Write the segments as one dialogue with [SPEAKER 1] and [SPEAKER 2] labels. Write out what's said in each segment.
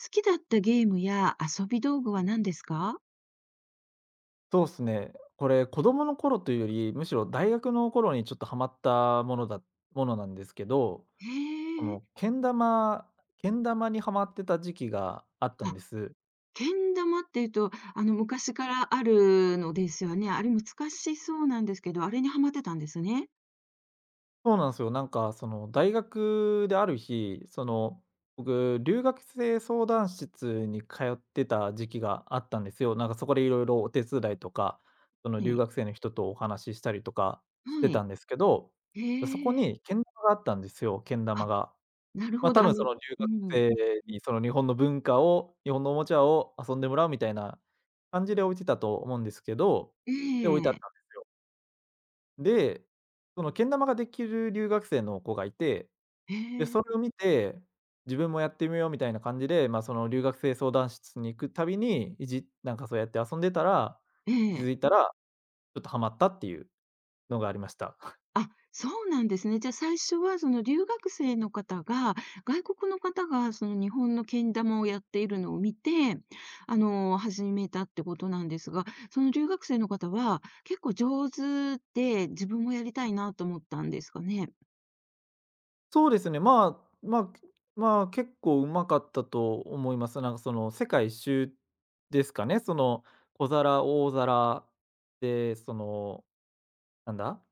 [SPEAKER 1] 好きだったゲームや遊び道具は何ですか？
[SPEAKER 2] そうですね。これ、子供の頃というより、むしろ大学の頃にちょっとハマったものなんですけど、
[SPEAKER 1] へ
[SPEAKER 2] こ
[SPEAKER 1] え。
[SPEAKER 2] の、けん玉にハマってた時期があったん
[SPEAKER 1] あ、
[SPEAKER 2] です。
[SPEAKER 1] けん玉っていうと、昔からあるのですよね。あれ難しそうなんですけど、あれにはまってたんですね。
[SPEAKER 2] そうなんですよ。大学である日、その、僕、留学生相談室に通ってた時期があったんですよ。なんかそこでいろいろお手伝いとか、その、
[SPEAKER 1] は
[SPEAKER 2] 留
[SPEAKER 1] い
[SPEAKER 2] 学生の人とお話ししたりとかし
[SPEAKER 1] は
[SPEAKER 2] てた
[SPEAKER 1] い。
[SPEAKER 2] んですけど、そこ
[SPEAKER 1] へえ。
[SPEAKER 2] にけん玉があったんですよ、けん玉
[SPEAKER 1] あ、
[SPEAKER 2] が。
[SPEAKER 1] なる
[SPEAKER 2] まあ、
[SPEAKER 1] ほど。
[SPEAKER 2] 多分その留
[SPEAKER 1] う
[SPEAKER 2] 学
[SPEAKER 1] ん。
[SPEAKER 2] 生にその日本の文化を、日本のおもちゃを遊んでもらうみたいな感じで置いてたと思うんですけど、
[SPEAKER 1] え
[SPEAKER 2] で、置いてあった
[SPEAKER 1] え。
[SPEAKER 2] んで、そのけん玉ができる留学生の子がいて、
[SPEAKER 1] へ
[SPEAKER 2] で、
[SPEAKER 1] え。
[SPEAKER 2] それを見て、自分もやってみようみたいな感じで、まあ、その留学生相談室に行くたびに、いじなんかそうやって遊んでたら、
[SPEAKER 1] え
[SPEAKER 2] 気
[SPEAKER 1] え。
[SPEAKER 2] づいたら、ちょっとハマったっていうのがありました。
[SPEAKER 1] あ、そうなんですね。じゃ、あ最初はその留学生の方が、外国の方がその日本のけん玉をやっているのを見て、始めたってことなんですが、その留学生の方は結構上手で、自分もやりたいなと思ったんですかね？
[SPEAKER 2] そうですね、あ、まあ、まあ、結構うまかったと思います。なんかその世界一周ですかね、その小皿、大皿で、その、なんだ、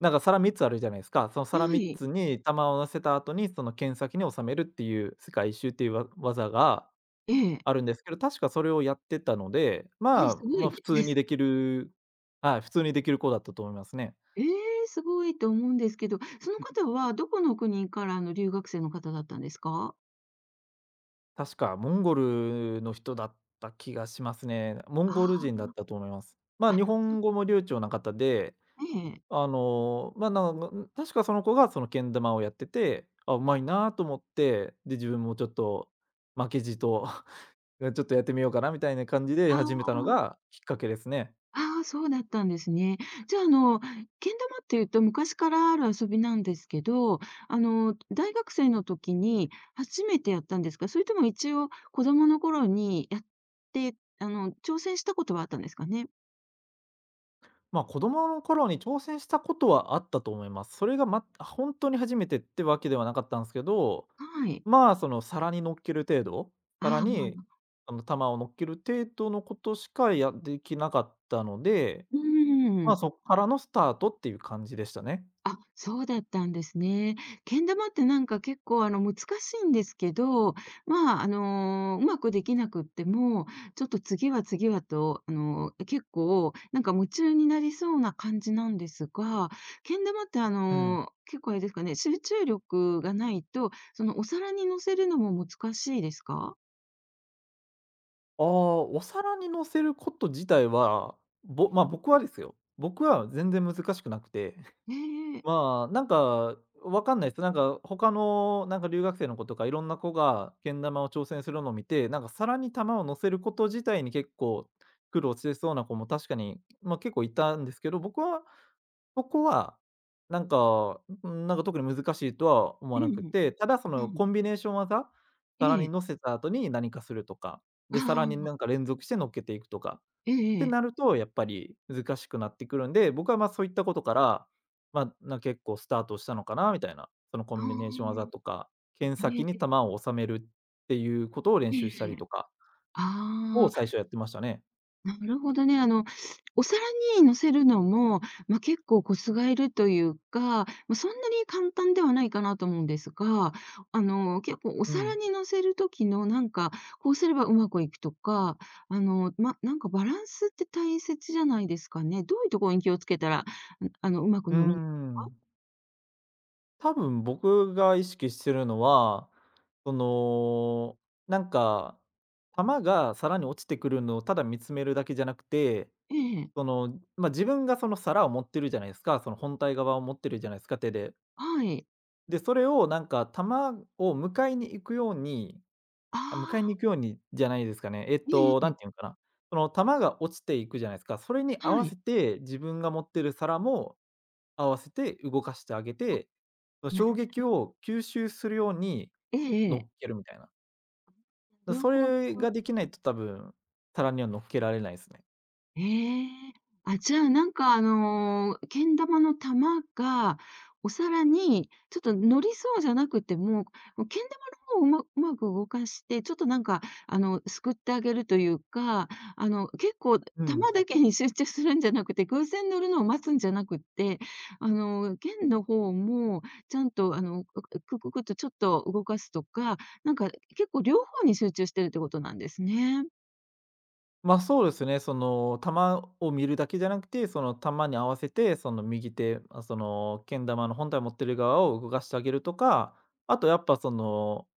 [SPEAKER 2] なんか皿3つあるじゃないですか。その
[SPEAKER 1] は
[SPEAKER 2] 皿3
[SPEAKER 1] い。
[SPEAKER 2] つに玉を乗せた後に、その剣先に収めるっていう世界一周っていうわ技が
[SPEAKER 1] ええ。
[SPEAKER 2] あるんですけど、確かそれをやってたので、
[SPEAKER 1] ええ、
[SPEAKER 2] まあ、
[SPEAKER 1] すご
[SPEAKER 2] まあ
[SPEAKER 1] い
[SPEAKER 2] 普通
[SPEAKER 1] で
[SPEAKER 2] に
[SPEAKER 1] す。
[SPEAKER 2] できるはい、普通にできる子だったと思いますね。
[SPEAKER 1] ええ、すごいと思うんですけど、その方はどこの国からの留学生の方だったんですか？
[SPEAKER 2] 確かモンゴルの人だった気がしますね。モンゴ
[SPEAKER 1] あ
[SPEAKER 2] ル人
[SPEAKER 1] あ
[SPEAKER 2] だったと思います。ま
[SPEAKER 1] ー、
[SPEAKER 2] あ、
[SPEAKER 1] あ、
[SPEAKER 2] 日
[SPEAKER 1] そう
[SPEAKER 2] 本語も流暢な方で、
[SPEAKER 1] ええ。
[SPEAKER 2] あの、まあ、なむ確かその子がそのけん玉をやってて、あ、うまいなと思って、で、自分もちょっと負けじと ちょっとやってみようかなみたいな感じで
[SPEAKER 1] あ
[SPEAKER 2] 始めたの
[SPEAKER 1] あ。
[SPEAKER 2] がきっかけですね。
[SPEAKER 1] ああ、そうだったんですね。じゃあ、けん玉っていうと昔からある遊びなんですけど、大学生の時に初めてやったんですか？それとも一応子供の頃にやって、挑戦したことはあったんですかね？
[SPEAKER 2] まあ、子供の頃に挑戦したことはあったと思います。それが、ま、本当に初めてってわけではなかったんですけど、
[SPEAKER 1] はい。
[SPEAKER 2] まあ、その皿に乗っける程度、皿
[SPEAKER 1] あ
[SPEAKER 2] に
[SPEAKER 1] あ、
[SPEAKER 2] あの、玉を乗っける程度のことしかやできなかったので、
[SPEAKER 1] うー
[SPEAKER 2] まあ、
[SPEAKER 1] ん
[SPEAKER 2] そっからのスタートっていう感じでしたね。
[SPEAKER 1] あ、そうだったんですね。けん玉ってなんか結構難しいんですけど、まあ、うまくできなくっても、ちょっと次は次はと、結構なんか夢中になりそうな感じなんですが、けん玉って
[SPEAKER 2] うん。
[SPEAKER 1] 結構あれですかね、集中力がないと、そのお皿に乗せるのも難しいですか？
[SPEAKER 2] ああ、お皿に乗せること自体は、ぼま、僕はですよ、僕は全然難しくなくて、
[SPEAKER 1] ええ。
[SPEAKER 2] まあ、なんか、わかんないです。なんか、他のなんか留学生の子とか、いろんな子がけん玉を挑戦するのを見て、なんか皿に玉を乗せること自体に結構苦労してそうな子も確かに、まあ、結構いたんですけど、僕は、そこは、なんか、なんか、特に難しいとは思
[SPEAKER 1] う
[SPEAKER 2] わなく
[SPEAKER 1] ん、
[SPEAKER 2] て、ただそ
[SPEAKER 1] う
[SPEAKER 2] の
[SPEAKER 1] ん。
[SPEAKER 2] コンビネーション技、皿
[SPEAKER 1] え
[SPEAKER 2] に
[SPEAKER 1] え。
[SPEAKER 2] 乗せた後に何かするとか、
[SPEAKER 1] あ
[SPEAKER 2] で、皿になん
[SPEAKER 1] あ、
[SPEAKER 2] か連続して乗っけていくとか。
[SPEAKER 1] ええ
[SPEAKER 2] っ
[SPEAKER 1] え
[SPEAKER 2] て
[SPEAKER 1] え。
[SPEAKER 2] なると、やっぱり難しくなってくるんで、僕は、ま、そういったことから、まあ、な結構スタートしたのかなみたいな、そのコ
[SPEAKER 1] あ
[SPEAKER 2] ンビネーション技
[SPEAKER 1] あ、
[SPEAKER 2] とか、剣
[SPEAKER 1] え
[SPEAKER 2] 先に球
[SPEAKER 1] え、
[SPEAKER 2] を収めるっていうことを練
[SPEAKER 1] え
[SPEAKER 2] 習したり
[SPEAKER 1] え。
[SPEAKER 2] とかを
[SPEAKER 1] あ
[SPEAKER 2] 最
[SPEAKER 1] あ。
[SPEAKER 2] 初やってましたね。
[SPEAKER 1] なるほどね。お皿に乗せるのも、まあ、結構コツがいるというか、まあ、そんなに簡単ではないかなと思うんですが、結構お
[SPEAKER 2] う
[SPEAKER 1] 皿
[SPEAKER 2] ん。
[SPEAKER 1] に乗せる時のなんか、こうすればうまくいくとか、ま、なんかバランスって大切じゃないですかね。どういうところに気をつけたら、うまく
[SPEAKER 2] うー
[SPEAKER 1] 乗る
[SPEAKER 2] ん。多分僕が意識してるのは、その、なんか、球が皿に落ちてくるのをただ見つめるだけじゃなくて、
[SPEAKER 1] ええ。
[SPEAKER 2] その、まあ、自分がその皿を持ってるじゃないですか、その本体側を持ってるじゃないですか、手で。
[SPEAKER 1] はい。
[SPEAKER 2] で、それをなんか球を迎えに行くように
[SPEAKER 1] あ
[SPEAKER 2] あ、
[SPEAKER 1] あ、
[SPEAKER 2] 迎えに行くようにじゃないですかね。えっと、な
[SPEAKER 1] ええ
[SPEAKER 2] んていうのかな、その球が落ちていくじゃないですか。それに合
[SPEAKER 1] は
[SPEAKER 2] わ
[SPEAKER 1] い。
[SPEAKER 2] せて自分が持ってる皿も合わせて動かしてあげて、その衝
[SPEAKER 1] な
[SPEAKER 2] 撃を吸収するように
[SPEAKER 1] えええ
[SPEAKER 2] 乗
[SPEAKER 1] え。
[SPEAKER 2] っけるみたいな。だ、
[SPEAKER 1] なる
[SPEAKER 2] そ
[SPEAKER 1] ほど
[SPEAKER 2] れができないと多分、皿には乗っけられないすね。
[SPEAKER 1] ええ。あ、じゃあ、なんか、けん玉の玉が、お皿にちょっと乗りそうじゃなくても、もうけん玉の方をうまく動かして、ちょっとなんか、すくってあげるというか、結構
[SPEAKER 2] うん。
[SPEAKER 1] 玉だけに集中するんじゃなくて、偶然乗るのを待つんじゃなくって、剣の方もちゃんと、くっとちょっと動かすとか、なんか結構両方に集中してるってことなんですね。
[SPEAKER 2] ま、あそうですね。その、球を見るだけじゃなくて、その球に合わせて、その右手、まあ、その、けん玉の本体を持ってる側を動かしてあげるとか、あとやっぱその、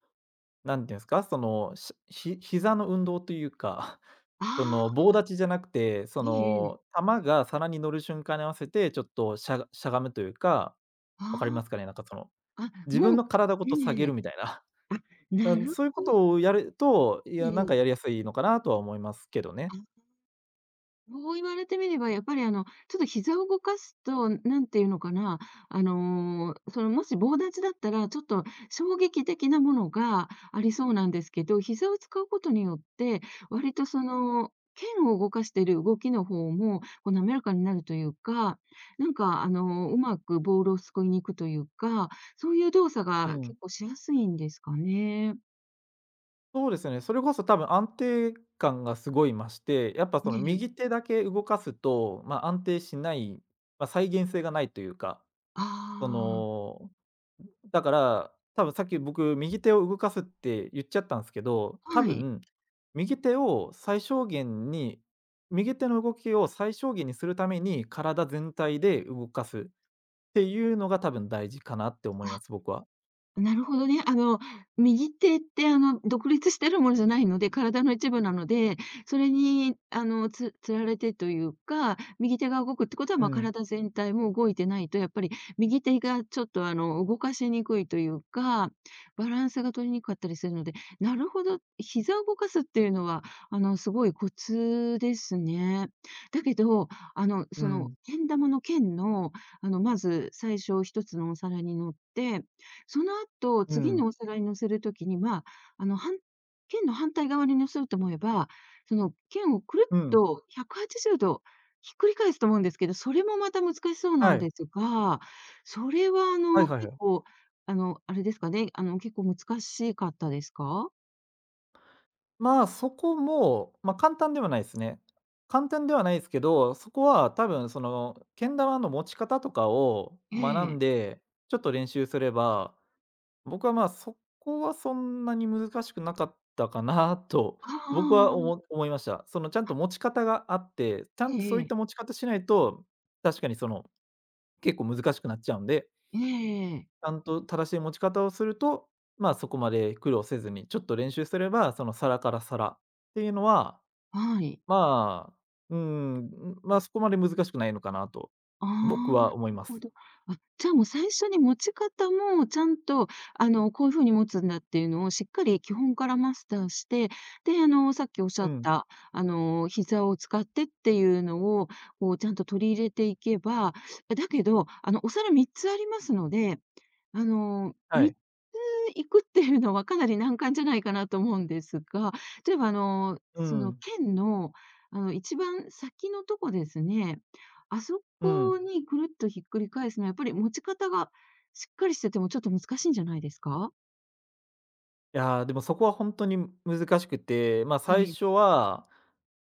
[SPEAKER 2] 何て言うんですか、その、しひ膝の運動というか、
[SPEAKER 1] あ
[SPEAKER 2] そ
[SPEAKER 1] あ、
[SPEAKER 2] の、棒立ちじゃなくて、そ
[SPEAKER 1] えええ。
[SPEAKER 2] の、球が皿に乗る瞬間に合わせて、ちょっとしゃがしゃがむというか、
[SPEAKER 1] あ
[SPEAKER 2] わかります
[SPEAKER 1] あ。
[SPEAKER 2] かね？なんかその、
[SPEAKER 1] あ、
[SPEAKER 2] 自分
[SPEAKER 1] もう
[SPEAKER 2] の体ごと下げ
[SPEAKER 1] ええ。
[SPEAKER 2] るみたいな。
[SPEAKER 1] あ、な る
[SPEAKER 2] そういうこ
[SPEAKER 1] ほど
[SPEAKER 2] とをやる
[SPEAKER 1] ね。
[SPEAKER 2] と、いや、
[SPEAKER 1] え
[SPEAKER 2] なん
[SPEAKER 1] え。
[SPEAKER 2] かやりやすいのかなとは思いますけどね。
[SPEAKER 1] あ、そう言われてみれば、やっぱりちょっと膝を動かすと、なんていうのかな、その、もし棒立ちだったら、ちょっと衝撃的なものがありそうなんですけど、膝を使うことによって、割とその、剣を動かしている動きの方も、こう滑らかになるというか、なんかうまくボールをすくいに行くというか、そういう動作
[SPEAKER 2] う
[SPEAKER 1] が
[SPEAKER 2] ん。
[SPEAKER 1] 結構しやすいんですかね。
[SPEAKER 2] そうですね、それこそ多分安定感がすごい増して、やっぱその
[SPEAKER 1] ね。え。
[SPEAKER 2] 右手だけ動かすと、まあ、安定しない、まあ、再現性がないというか、
[SPEAKER 1] あ
[SPEAKER 2] そ
[SPEAKER 1] あ、
[SPEAKER 2] の、だから、多分さっき僕右手を動かすって言っちゃったんですけど、多
[SPEAKER 1] はい。
[SPEAKER 2] 分、右手を最小限に右手の動きを最小限にするために、体全体で動かすっていうのが多分大事かなって思います、
[SPEAKER 1] あ
[SPEAKER 2] 僕は。
[SPEAKER 1] なるほどね。右手って、独立してるものじゃないので、体の一部なので、それに、つられてというか、右手が動くってことは、
[SPEAKER 2] う
[SPEAKER 1] まあ、
[SPEAKER 2] ん、
[SPEAKER 1] 体全体も動いてないと、やっぱり右手がちょっと、動かしにくいというか、バランスが取りにくかったりするので、なるほど、膝を動かすっていうのは、すごいコツですね。だけど、
[SPEAKER 2] う
[SPEAKER 1] その、
[SPEAKER 2] ん、
[SPEAKER 1] けん玉の剣の、まず最初一つのお皿に乗ってその後、
[SPEAKER 2] う
[SPEAKER 1] 次
[SPEAKER 2] ん、
[SPEAKER 1] のお皿に乗せる時には、あの、はん剣の反対側に乗せようと思えば、その剣をくるっ
[SPEAKER 2] うん。
[SPEAKER 1] と180度ひっくり返すと思うんですけど、それもまた難しそうな
[SPEAKER 2] は
[SPEAKER 1] ん
[SPEAKER 2] い。
[SPEAKER 1] ですが、それは
[SPEAKER 2] はいはい
[SPEAKER 1] 結
[SPEAKER 2] はい。
[SPEAKER 1] 構、あれですかね、結構難しかったですか？
[SPEAKER 2] まあ、そこも、まあ、簡単ではないですね。簡単ではないですけど、そこは多分その、けん玉の持ち方とかを
[SPEAKER 1] え
[SPEAKER 2] 学ん
[SPEAKER 1] え。
[SPEAKER 2] で、ちょっと練習すれば、僕は、まあ、そこはそんなに難しくなかったかなと
[SPEAKER 1] あ
[SPEAKER 2] 僕は
[SPEAKER 1] あ
[SPEAKER 2] お
[SPEAKER 1] あ
[SPEAKER 2] も
[SPEAKER 1] あ。
[SPEAKER 2] 思いました。その、ちゃんと持ち方があって、ちゃ
[SPEAKER 1] え
[SPEAKER 2] んと
[SPEAKER 1] え
[SPEAKER 2] そう
[SPEAKER 1] え
[SPEAKER 2] いっ
[SPEAKER 1] え。
[SPEAKER 2] た持ち方しないと、確かにその、結構難しくなっちゃうんで、
[SPEAKER 1] ええ。
[SPEAKER 2] ちゃんと正しい持ち方をすると、まあ、そこまで苦労せずに、ちょっと練習すれば、その皿から皿っていうのは
[SPEAKER 1] はい。
[SPEAKER 2] まあ、うん、まあそこまで難しくないのかなと、
[SPEAKER 1] あ
[SPEAKER 2] 僕
[SPEAKER 1] あ、な
[SPEAKER 2] は思い
[SPEAKER 1] る
[SPEAKER 2] ま
[SPEAKER 1] ほ
[SPEAKER 2] す。
[SPEAKER 1] ど。あ、じゃあもう最初に持ち方もちゃんと、こういう風に持つんだっていうのをしっかり基本からマスターして、で、さっきおっしゃ
[SPEAKER 2] う
[SPEAKER 1] っ
[SPEAKER 2] ん。
[SPEAKER 1] た、膝を使ってっていうのを、こうちゃんと取り入れていけば、だけど、お皿3つありますので
[SPEAKER 2] は
[SPEAKER 1] 3つ
[SPEAKER 2] い。
[SPEAKER 1] 行くっていうのはかなり難関じゃないかなと思うんですが、例えば
[SPEAKER 2] う
[SPEAKER 1] その
[SPEAKER 2] ん、
[SPEAKER 1] 県の、一番先のとこですね、あそ
[SPEAKER 2] うん。
[SPEAKER 1] こにくるっとひっくり返すのは、やっぱり持ち方がしっかりしててもちょっと難しいんじゃないですか？
[SPEAKER 2] いやー、でもそこは本当に難しくて、ま、
[SPEAKER 1] え
[SPEAKER 2] 最初
[SPEAKER 1] え。
[SPEAKER 2] は、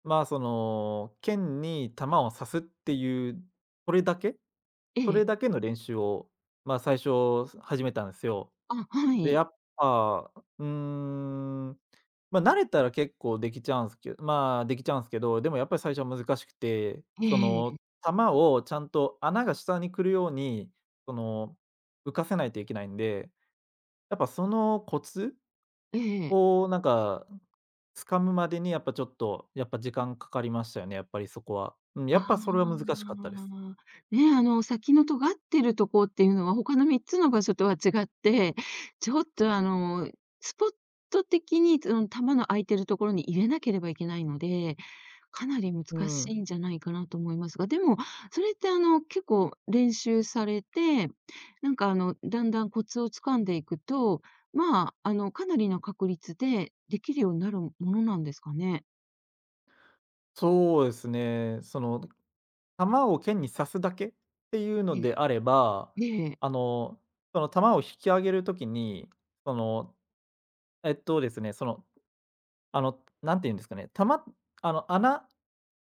[SPEAKER 2] ま、その、剣に弾を刺すっていう、それだけ
[SPEAKER 1] え
[SPEAKER 2] それ
[SPEAKER 1] え。
[SPEAKER 2] だけの練習を、ま、最初始めたんですよ。
[SPEAKER 1] あ、は
[SPEAKER 2] で、や
[SPEAKER 1] い。
[SPEAKER 2] っぱ、うーん、まあ、慣れたら結構できちゃうんすけまあ、できちゃうんすけど、でもやっぱり最初は難しくて、
[SPEAKER 1] え
[SPEAKER 2] そ
[SPEAKER 1] ええ
[SPEAKER 2] の、
[SPEAKER 1] え。。
[SPEAKER 2] 球をちゃんと穴が下に来るように、その、浮かせないといけないんで、やっぱそのコツをなんか、掴むまでにやっぱちょっと、やっぱ時間かかりましたよね、やっぱりそこは。うん、や
[SPEAKER 1] あ
[SPEAKER 2] っぱそれは難しかったです。
[SPEAKER 1] あ、ね、先の尖ってるとこっていうのは、他の3つの場所とは違って、ちょっとスポット的に、その弾の空いてるところに入れなければいけないので、かなり難
[SPEAKER 2] う
[SPEAKER 1] し
[SPEAKER 2] ん、
[SPEAKER 1] いんじゃないかなと思いますが、でも、それって結構練習されて、なんかだんだんコツを掴んでいくと、まあ、かなりの確率でできるようになるものなんですかね？
[SPEAKER 2] そうですね。その弾を剣に刺すだけっていうの
[SPEAKER 1] ええ、
[SPEAKER 2] であれば、
[SPEAKER 1] ええ、
[SPEAKER 2] あの、その弾を引き上げるときに、その、えっとですね、その、あの、なんていうんですかね、弾あの、穴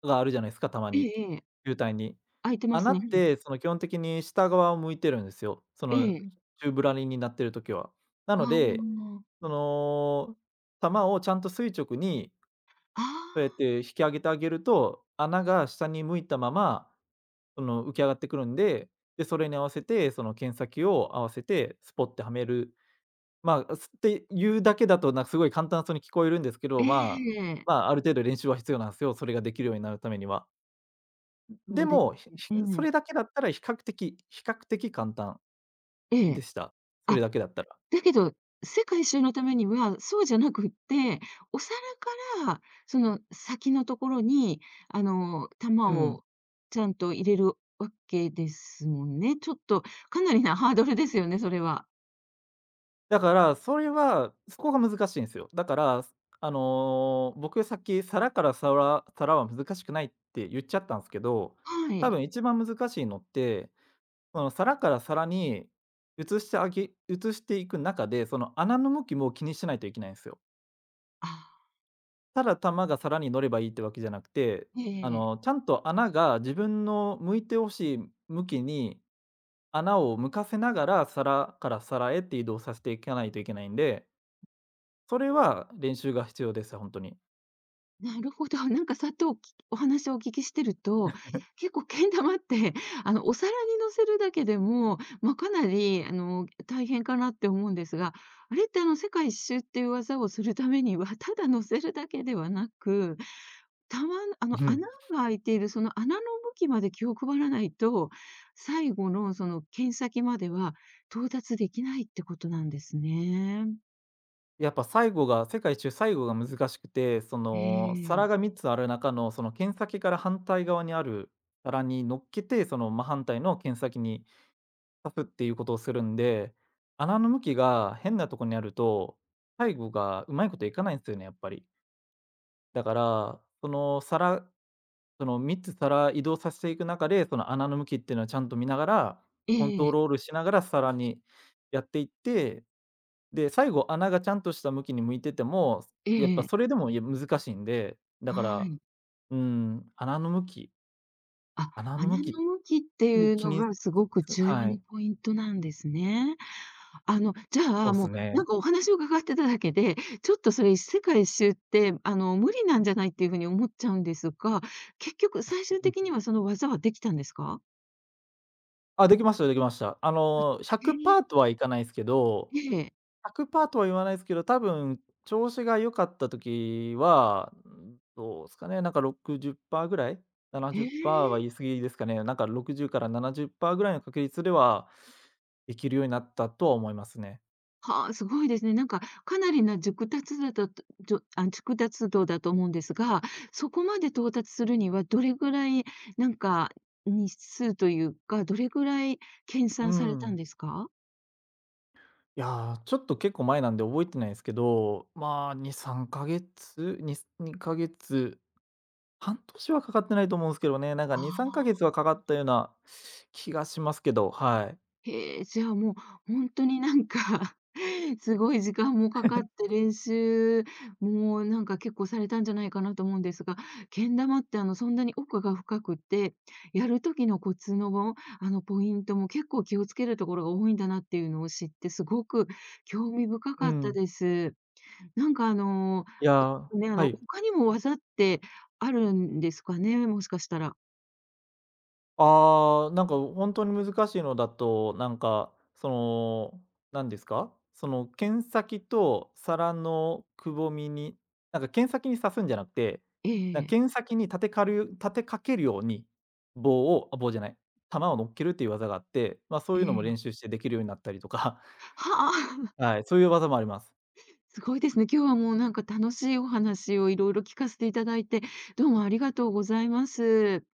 [SPEAKER 2] があるじゃないですか、弾
[SPEAKER 1] え
[SPEAKER 2] に、
[SPEAKER 1] えええ、
[SPEAKER 2] 球体に。
[SPEAKER 1] 空いてます
[SPEAKER 2] 穴っ
[SPEAKER 1] ね。
[SPEAKER 2] て、その、基本的に下側を向いてるんですよ。そ
[SPEAKER 1] え
[SPEAKER 2] の、
[SPEAKER 1] え、
[SPEAKER 2] 宙ぶらりんになってるときは。な
[SPEAKER 1] あ
[SPEAKER 2] ので、
[SPEAKER 1] あ、
[SPEAKER 2] その、弾をちゃんと垂直に
[SPEAKER 1] ああ、
[SPEAKER 2] そうやって引き上げてあげると、穴が下に向いたままその、浮き上がってくるんで、で、それに合わせて、その剣先を合わせてスポッてはめる。まあ、すっていうだけだと、なんかすごい簡単そうに聞こえるんですけ
[SPEAKER 1] え
[SPEAKER 2] ど、まあ、
[SPEAKER 1] え、
[SPEAKER 2] まあ、ある程度練習は必要なんですよ、それができるようになるためには。
[SPEAKER 1] そ
[SPEAKER 2] で
[SPEAKER 1] うで
[SPEAKER 2] も、ひひ
[SPEAKER 1] す
[SPEAKER 2] そ
[SPEAKER 1] ね。
[SPEAKER 2] れだけだったら比較的比較的簡単
[SPEAKER 1] ええ、え
[SPEAKER 2] で
[SPEAKER 1] え。
[SPEAKER 2] した。そ
[SPEAKER 1] あ、
[SPEAKER 2] れだけだったら。
[SPEAKER 1] だけど、世界一周のためには、そうじゃなくって、お皿からその先のところに、玉
[SPEAKER 2] うん。
[SPEAKER 1] をちゃんと入れるわけですもんね。ちょっとかなりなハードルですよね、それは。
[SPEAKER 2] だから、それは、そこが難しいんすよ。だから、僕さっき皿から皿は難しくないって言っちゃったんすけど、
[SPEAKER 1] は
[SPEAKER 2] 多
[SPEAKER 1] い。
[SPEAKER 2] 分一番難しいのって、その皿から皿に移していく中で、その穴の向きも気にしないといけないんですよ。
[SPEAKER 1] ああ、
[SPEAKER 2] ただ玉が皿に乗ればいいってわけじゃなくて、
[SPEAKER 1] えええ
[SPEAKER 2] ちゃんと穴が自分の向いてほしい向きに穴を向かせながら、皿から皿へって移動させていかないといけないんで、それは練習が必要です、本当に。
[SPEAKER 1] なるほど。なんかさっとお話をお聞きしてると、結構けん玉って、お皿に乗せるだけでも、まあ、かなり、大変かなって思うんですが、あれって、世界一周っていう技をするためには、ただ乗せるだけではなく、たま穴 が開いているその穴の向きまで気を配らないと、最後のその剣先までは到達できないってことなんですね。
[SPEAKER 2] やっぱ最後が、世界一周、最後が難しくて、そ
[SPEAKER 1] え
[SPEAKER 2] の皿
[SPEAKER 1] え。
[SPEAKER 2] が3つある中の、その剣先から反対側にある皿に乗っけて、その真反対の剣先に刺すっていうことをするんで、穴の向きが変なとこにあると、最後がうまいこといかないんですよね、やっぱり。だから、その皿その3つ皿移動させていく中で、その穴の向きっていうのはちゃんと見ながら、
[SPEAKER 1] え
[SPEAKER 2] コントロ
[SPEAKER 1] え。
[SPEAKER 2] ールしながら皿にやっていってで、最後穴がちゃんとした向きに向いてても、
[SPEAKER 1] え
[SPEAKER 2] やっぱ
[SPEAKER 1] え。
[SPEAKER 2] それでも、いや、難しいんで、だか
[SPEAKER 1] は
[SPEAKER 2] ら、
[SPEAKER 1] い。
[SPEAKER 2] うん、穴の向き、
[SPEAKER 1] あ、
[SPEAKER 2] 穴の向
[SPEAKER 1] 穴
[SPEAKER 2] き
[SPEAKER 1] の向きって
[SPEAKER 2] で
[SPEAKER 1] いう
[SPEAKER 2] 気
[SPEAKER 1] の
[SPEAKER 2] に、
[SPEAKER 1] がすごく重要
[SPEAKER 2] は
[SPEAKER 1] な
[SPEAKER 2] い、
[SPEAKER 1] ポイントなんですね。じゃ
[SPEAKER 2] そ
[SPEAKER 1] あ、
[SPEAKER 2] うで
[SPEAKER 1] も
[SPEAKER 2] す
[SPEAKER 1] う、なん
[SPEAKER 2] ね。
[SPEAKER 1] かお話を伺ってただけで、ちょっとそれ世界一周って、無理なんじゃないっていうふうに思っちゃうんですが、結局最終的 にはその技はできたんですか？
[SPEAKER 2] あ、できました。
[SPEAKER 1] へ
[SPEAKER 2] 100
[SPEAKER 1] え。
[SPEAKER 2] パーとはいかないですけど、
[SPEAKER 1] ええ。
[SPEAKER 2] 100パーとは言わないですけど、多分調子が良かった時は、どうですかね、なんか60パーぐらい、
[SPEAKER 1] へ
[SPEAKER 2] 70パーは
[SPEAKER 1] え。
[SPEAKER 2] 言い過ぎですかね。なんか60から70パーぐらいの確率では、できるようになったとは思いますね。
[SPEAKER 1] はあ、すごいですね。なんか、かなりな熟達度だと思うんですが、そこまで到達するにはどれぐらい、なんか、日数というか、どれぐらい研
[SPEAKER 2] う
[SPEAKER 1] 鑽された
[SPEAKER 2] ん。
[SPEAKER 1] んですか？
[SPEAKER 2] いやー、ちょっと結構前なんで覚えてないんすけど、まあ、2、3ヶ月、半年はかかってないと思うんですけどね、なんか
[SPEAKER 1] あ
[SPEAKER 2] 2、3ヶ
[SPEAKER 1] あ。
[SPEAKER 2] 月はかかったような気がしますけど、はい。
[SPEAKER 1] へえ、じゃあもう本当になんか すごい時間もかかって練習もなんか結構されたんじゃないかなと思うんですが、けん玉ってそんなに奥が深くて、やる時のコツのポイントも結構気をつけるところが多いんだなっていうのを知って、すごく興味深
[SPEAKER 2] う
[SPEAKER 1] かった
[SPEAKER 2] ん。
[SPEAKER 1] です。なんか
[SPEAKER 2] いやー、
[SPEAKER 1] ね、
[SPEAKER 2] はい。
[SPEAKER 1] 他にも技ってあるんですかね？もしかしたら。
[SPEAKER 2] ああ、なんか本当に難しいのだと、なんか、その、なんですか、その剣先と皿のくぼみに、なんか剣先に刺すんじゃなくて、
[SPEAKER 1] え
[SPEAKER 2] な
[SPEAKER 1] え
[SPEAKER 2] ん
[SPEAKER 1] え
[SPEAKER 2] か
[SPEAKER 1] え。
[SPEAKER 2] 剣先に立てかけるように、棒をあ、棒じゃない、玉を乗っけるっていう技があって、ま、そう
[SPEAKER 1] え
[SPEAKER 2] いうのも練
[SPEAKER 1] え。
[SPEAKER 2] 習してできるようになったりとか、
[SPEAKER 1] はあ。
[SPEAKER 2] はい、そういう技もあります。
[SPEAKER 1] すごいですね。今日はもうなんか楽しいお話をいろいろ聞かせていただいて、どうもありがとうございます。あ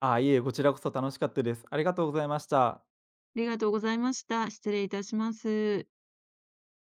[SPEAKER 2] ああ、いえ、こちらこそ楽しかったです。ありがとうございました。
[SPEAKER 1] りがとうございました。失礼いたします。